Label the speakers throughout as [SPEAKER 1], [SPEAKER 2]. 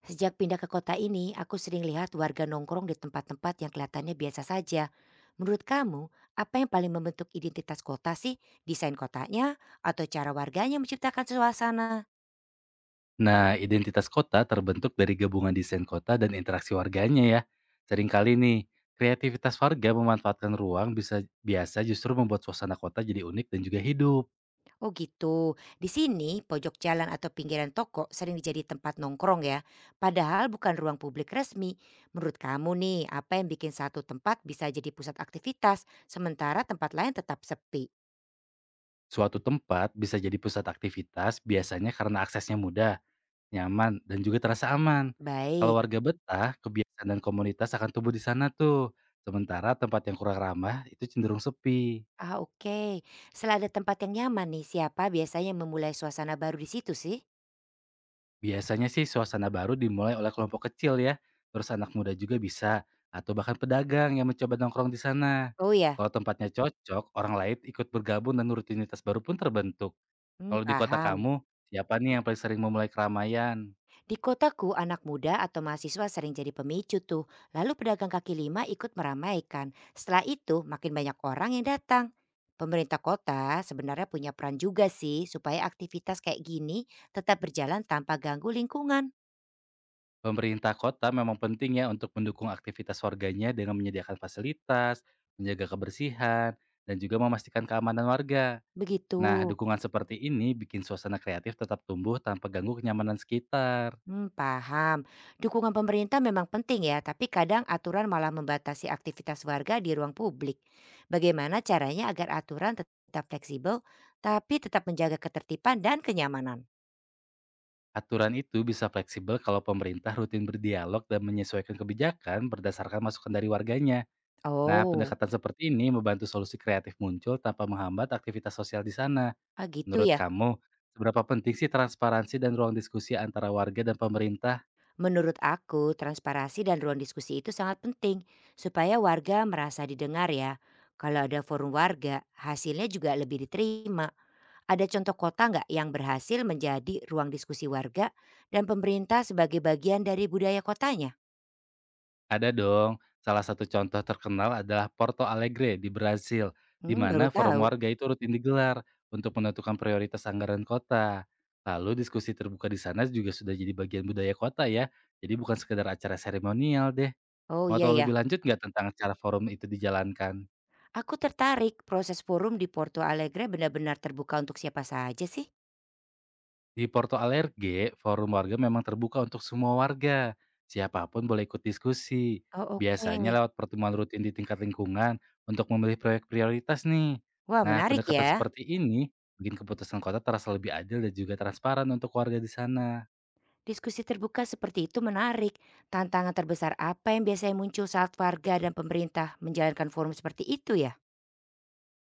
[SPEAKER 1] Sejak pindah ke kota ini, aku sering lihat warga nongkrong di tempat-tempat yang kelihatannya biasa saja. Menurut kamu, apa yang paling membentuk identitas kota sih? Desain kotanya atau cara warganya menciptakan suasana?
[SPEAKER 2] Nah, identitas kota terbentuk dari gabungan desain kota dan interaksi warganya ya. Seringkali nih, kreativitas warga memanfaatkan ruang bisa biasa justru membuat suasana kota jadi unik dan juga hidup.
[SPEAKER 1] Oh gitu, di sini pojok jalan atau pinggiran toko sering jadi tempat nongkrong ya. Padahal bukan ruang publik resmi. Menurut kamu nih, apa yang bikin satu tempat bisa jadi pusat aktivitas, sementara tempat lain tetap sepi?
[SPEAKER 2] Suatu tempat bisa jadi pusat aktivitas biasanya karena aksesnya mudah, nyaman, dan juga terasa aman. Kalau
[SPEAKER 1] Baik.
[SPEAKER 2] warga betah, kebiasaan dan komunitas akan tumbuh di sana tuh. Sementara tempat yang kurang ramah itu cenderung sepi.
[SPEAKER 1] Ah, oke. Setelah ada tempat yang nyaman nih, siapa biasanya yang memulai suasana baru di situ sih?
[SPEAKER 2] Biasanya sih suasana baru dimulai oleh kelompok kecil ya, terus anak muda juga bisa, atau bahkan pedagang yang mencoba nongkrong di sana.
[SPEAKER 1] Oh ya?
[SPEAKER 2] Kalau tempatnya cocok, orang lain ikut bergabung dan rutinitas baru pun terbentuk.
[SPEAKER 1] Hmm,
[SPEAKER 2] Kalau di kota
[SPEAKER 1] paham.
[SPEAKER 2] kamu, siapa nih yang paling sering memulai keramaian?
[SPEAKER 1] Di kotaku, anak muda atau mahasiswa sering jadi pemicu tuh. Lalu pedagang kaki lima ikut meramaikan. Setelah itu, makin banyak orang yang datang. Pemerintah kota sebenarnya punya peran juga sih supaya aktivitas kayak gini tetap berjalan tanpa ganggu lingkungan.
[SPEAKER 2] Pemerintah kota memang penting ya untuk mendukung aktivitas warganya dengan menyediakan fasilitas, menjaga kebersihan, dan juga memastikan keamanan warga.
[SPEAKER 1] Begitu.
[SPEAKER 2] Nah, dukungan seperti ini bikin suasana kreatif tetap tumbuh tanpa ganggu kenyamanan sekitar.
[SPEAKER 1] Hmm, paham. Dukungan pemerintah memang penting ya, tapi kadang aturan malah membatasi aktivitas warga di ruang publik. Bagaimana caranya agar aturan tetap fleksibel, tapi tetap menjaga ketertiban dan kenyamanan?
[SPEAKER 2] Aturan itu bisa fleksibel kalau pemerintah rutin berdialog dan menyesuaikan kebijakan berdasarkan masukan dari warganya. Nah,
[SPEAKER 1] Oh,
[SPEAKER 2] pendekatan seperti ini membantu solusi kreatif muncul tanpa menghambat aktivitas sosial di sana.
[SPEAKER 1] ah gitu
[SPEAKER 2] Menurut
[SPEAKER 1] ya.
[SPEAKER 2] kamu, seberapa penting sih transparansi dan ruang diskusi antara warga dan pemerintah?
[SPEAKER 1] Menurut aku, transparasi dan ruang diskusi itu sangat penting supaya warga merasa didengar ya. Kalau ada forum warga, hasilnya juga lebih diterima. Ada contoh kota nggak yang berhasil menjadi ruang diskusi warga dan pemerintah sebagai bagian dari budaya kotanya?
[SPEAKER 2] Ada dong. Salah satu contoh terkenal adalah Porto Alegre di Brasil, di
[SPEAKER 1] Hmm, baru
[SPEAKER 2] mana forum
[SPEAKER 1] tahu.
[SPEAKER 2] warga itu rutin digelar untuk menentukan prioritas anggaran kota. Lalu diskusi terbuka di sana juga sudah jadi bagian budaya kota ya. Jadi bukan sekedar acara seremonial deh.
[SPEAKER 1] Oh
[SPEAKER 2] Mau
[SPEAKER 1] iya
[SPEAKER 2] tahu
[SPEAKER 1] ya,
[SPEAKER 2] lebih lanjut nggak tentang cara forum itu dijalankan?
[SPEAKER 1] aku tertarik proses forum di Porto Alegre benar-benar terbuka untuk siapa saja sih?
[SPEAKER 2] Di Porto Alegre, forum warga memang terbuka untuk semua warga. Siapapun boleh ikut diskusi.
[SPEAKER 1] Oh
[SPEAKER 2] Biasanya
[SPEAKER 1] oke.
[SPEAKER 2] lewat pertemuan rutin di tingkat lingkungan untuk memilih proyek prioritas nih.
[SPEAKER 1] Wah
[SPEAKER 2] Nah,
[SPEAKER 1] menarik
[SPEAKER 2] pendekatan
[SPEAKER 1] ya.
[SPEAKER 2] seperti ini bikin keputusan kota terasa lebih adil dan juga transparan untuk warga di sana.
[SPEAKER 1] Diskusi terbuka seperti itu menarik. Tantangan terbesar apa yang biasanya muncul saat warga dan pemerintah menjalankan forum seperti itu ya?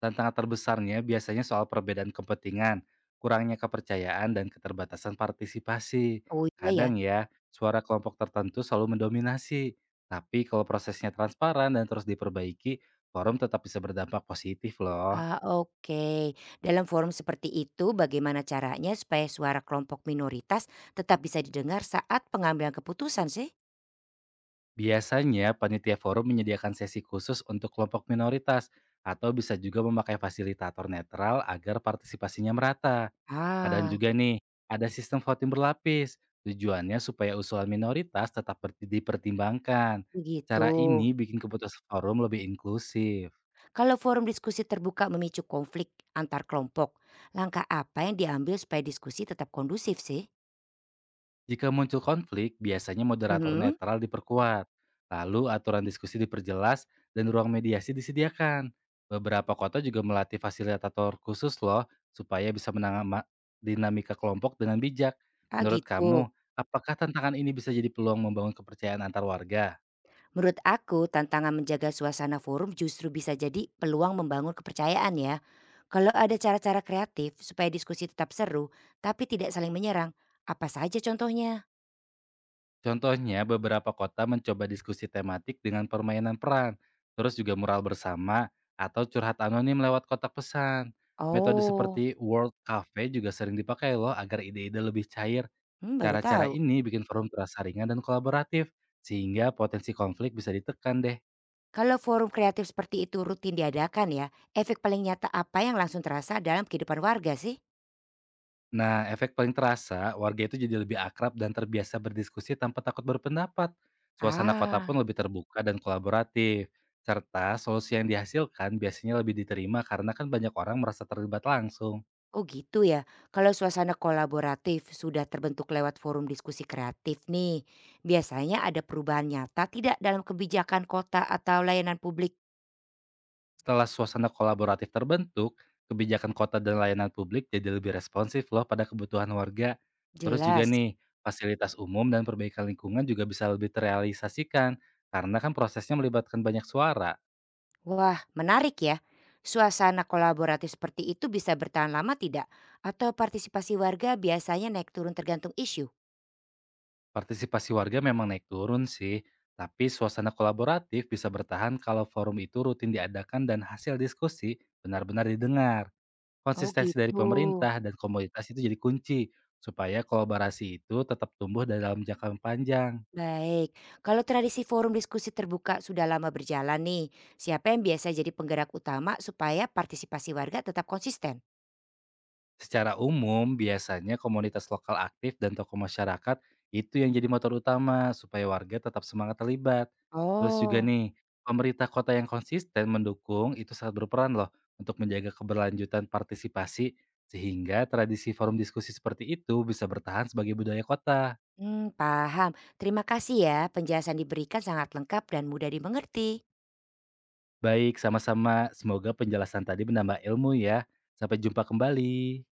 [SPEAKER 2] Tantangan terbesarnya biasanya soal perbedaan kepentingan, kurangnya kepercayaan, dan keterbatasan partisipasi.
[SPEAKER 1] Oh iya ya.
[SPEAKER 2] Kadang ya, suara kelompok tertentu selalu mendominasi. Tapi kalau prosesnya transparan dan terus diperbaiki, forum tetap bisa berdampak positif loh.
[SPEAKER 1] Ah, oke. Dalam forum seperti itu, bagaimana caranya supaya suara kelompok minoritas tetap bisa didengar saat pengambilan keputusan sih?
[SPEAKER 2] Biasanya, panitia forum menyediakan sesi khusus untuk kelompok minoritas, atau bisa juga memakai fasilitator netral agar partisipasinya merata. Kadang
[SPEAKER 1] Ah,
[SPEAKER 2] juga nih, ada sistem voting berlapis, tujuannya supaya usulan minoritas tetap dipertimbangkan.
[SPEAKER 1] begitu.
[SPEAKER 2] Cara ini bikin keputusan forum lebih inklusif.
[SPEAKER 1] Kalau forum diskusi terbuka memicu konflik antar kelompok, langkah apa yang diambil supaya diskusi tetap kondusif sih?
[SPEAKER 2] Jika muncul konflik, biasanya moderator
[SPEAKER 1] Mhm.
[SPEAKER 2] netral diperkuat. Lalu aturan diskusi diperjelas dan ruang mediasi disediakan. Beberapa kota juga melatih fasilitator khusus loh, supaya bisa menangani dinamika kelompok dengan bijak.
[SPEAKER 1] Ah,
[SPEAKER 2] Menurut
[SPEAKER 1] gitu.
[SPEAKER 2] kamu, apakah tantangan ini bisa jadi peluang membangun kepercayaan antar warga?
[SPEAKER 1] Menurut aku, tantangan menjaga suasana forum justru bisa jadi peluang membangun kepercayaan ya. Kalau ada cara-cara kreatif supaya diskusi tetap seru tapi tidak saling menyerang, apa saja contohnya?
[SPEAKER 2] Contohnya, beberapa kota mencoba diskusi tematik dengan permainan peran, terus juga mural bersama, atau curhat anonim lewat kotak pesan. Metode
[SPEAKER 1] Oh,
[SPEAKER 2] seperti World Cafe juga sering dipakai loh agar ide-ide lebih cair.
[SPEAKER 1] hmm, baru
[SPEAKER 2] Cara-cara
[SPEAKER 1] tahu.
[SPEAKER 2] ini bikin forum terasa ringan dan kolaboratif, sehingga potensi konflik bisa ditekan deh.
[SPEAKER 1] Kalau forum kreatif seperti itu rutin diadakan ya, efek paling nyata apa yang langsung terasa dalam kehidupan warga sih?
[SPEAKER 2] Nah, efek paling terasa, warga itu jadi lebih akrab dan terbiasa berdiskusi tanpa takut berpendapat. Suasana kota
[SPEAKER 1] Ah,
[SPEAKER 2] pun lebih terbuka dan kolaboratif, serta solusi yang dihasilkan biasanya lebih diterima karena kan banyak orang merasa terlibat langsung.
[SPEAKER 1] oh gitu ya. Kalau suasana kolaboratif sudah terbentuk lewat forum diskusi kreatif nih, biasanya ada perubahan nyata tidak dalam kebijakan kota atau layanan publik?
[SPEAKER 2] Setelah suasana kolaboratif terbentuk, kebijakan kota dan layanan publik jadi lebih responsif loh pada kebutuhan warga. Terus juga
[SPEAKER 1] Jelas.
[SPEAKER 2] nih, fasilitas umum dan perbaikan lingkungan juga bisa lebih terrealisasikan karena kan prosesnya melibatkan banyak suara.
[SPEAKER 1] Wah, menarik ya. Suasana kolaboratif seperti itu bisa bertahan lama tidak? Atau partisipasi warga biasanya naik turun tergantung isu?
[SPEAKER 2] Partisipasi warga memang naik turun sih, tapi suasana kolaboratif bisa bertahan kalau forum itu rutin diadakan dan hasil diskusi benar-benar didengar.
[SPEAKER 1] Oh
[SPEAKER 2] Konsistensi dari
[SPEAKER 1] gitu.
[SPEAKER 2] pemerintah dan komunitas itu jadi kunci supaya kolaborasi itu tetap tumbuh dalam jangka panjang.
[SPEAKER 1] Baik, kalau tradisi forum diskusi terbuka sudah lama berjalan nih, siapa yang biasa jadi penggerak utama supaya partisipasi warga tetap konsisten?
[SPEAKER 2] Secara umum, biasanya komunitas lokal aktif dan tokoh masyarakat itu yang jadi motor utama supaya warga tetap semangat terlibat. Terus juga
[SPEAKER 1] Oh,
[SPEAKER 2] nih, pemerintah kota yang konsisten mendukung itu sangat berperan loh untuk menjaga keberlanjutan partisipasi sehingga tradisi forum diskusi seperti itu bisa bertahan sebagai budaya kota.
[SPEAKER 1] mmm, paham. Terima kasih ya penjelasan diberikan sangat lengkap dan mudah dimengerti.
[SPEAKER 2] Baik, sama-sama. Semoga penjelasan tadi menambah ilmu ya. Sampai jumpa kembali.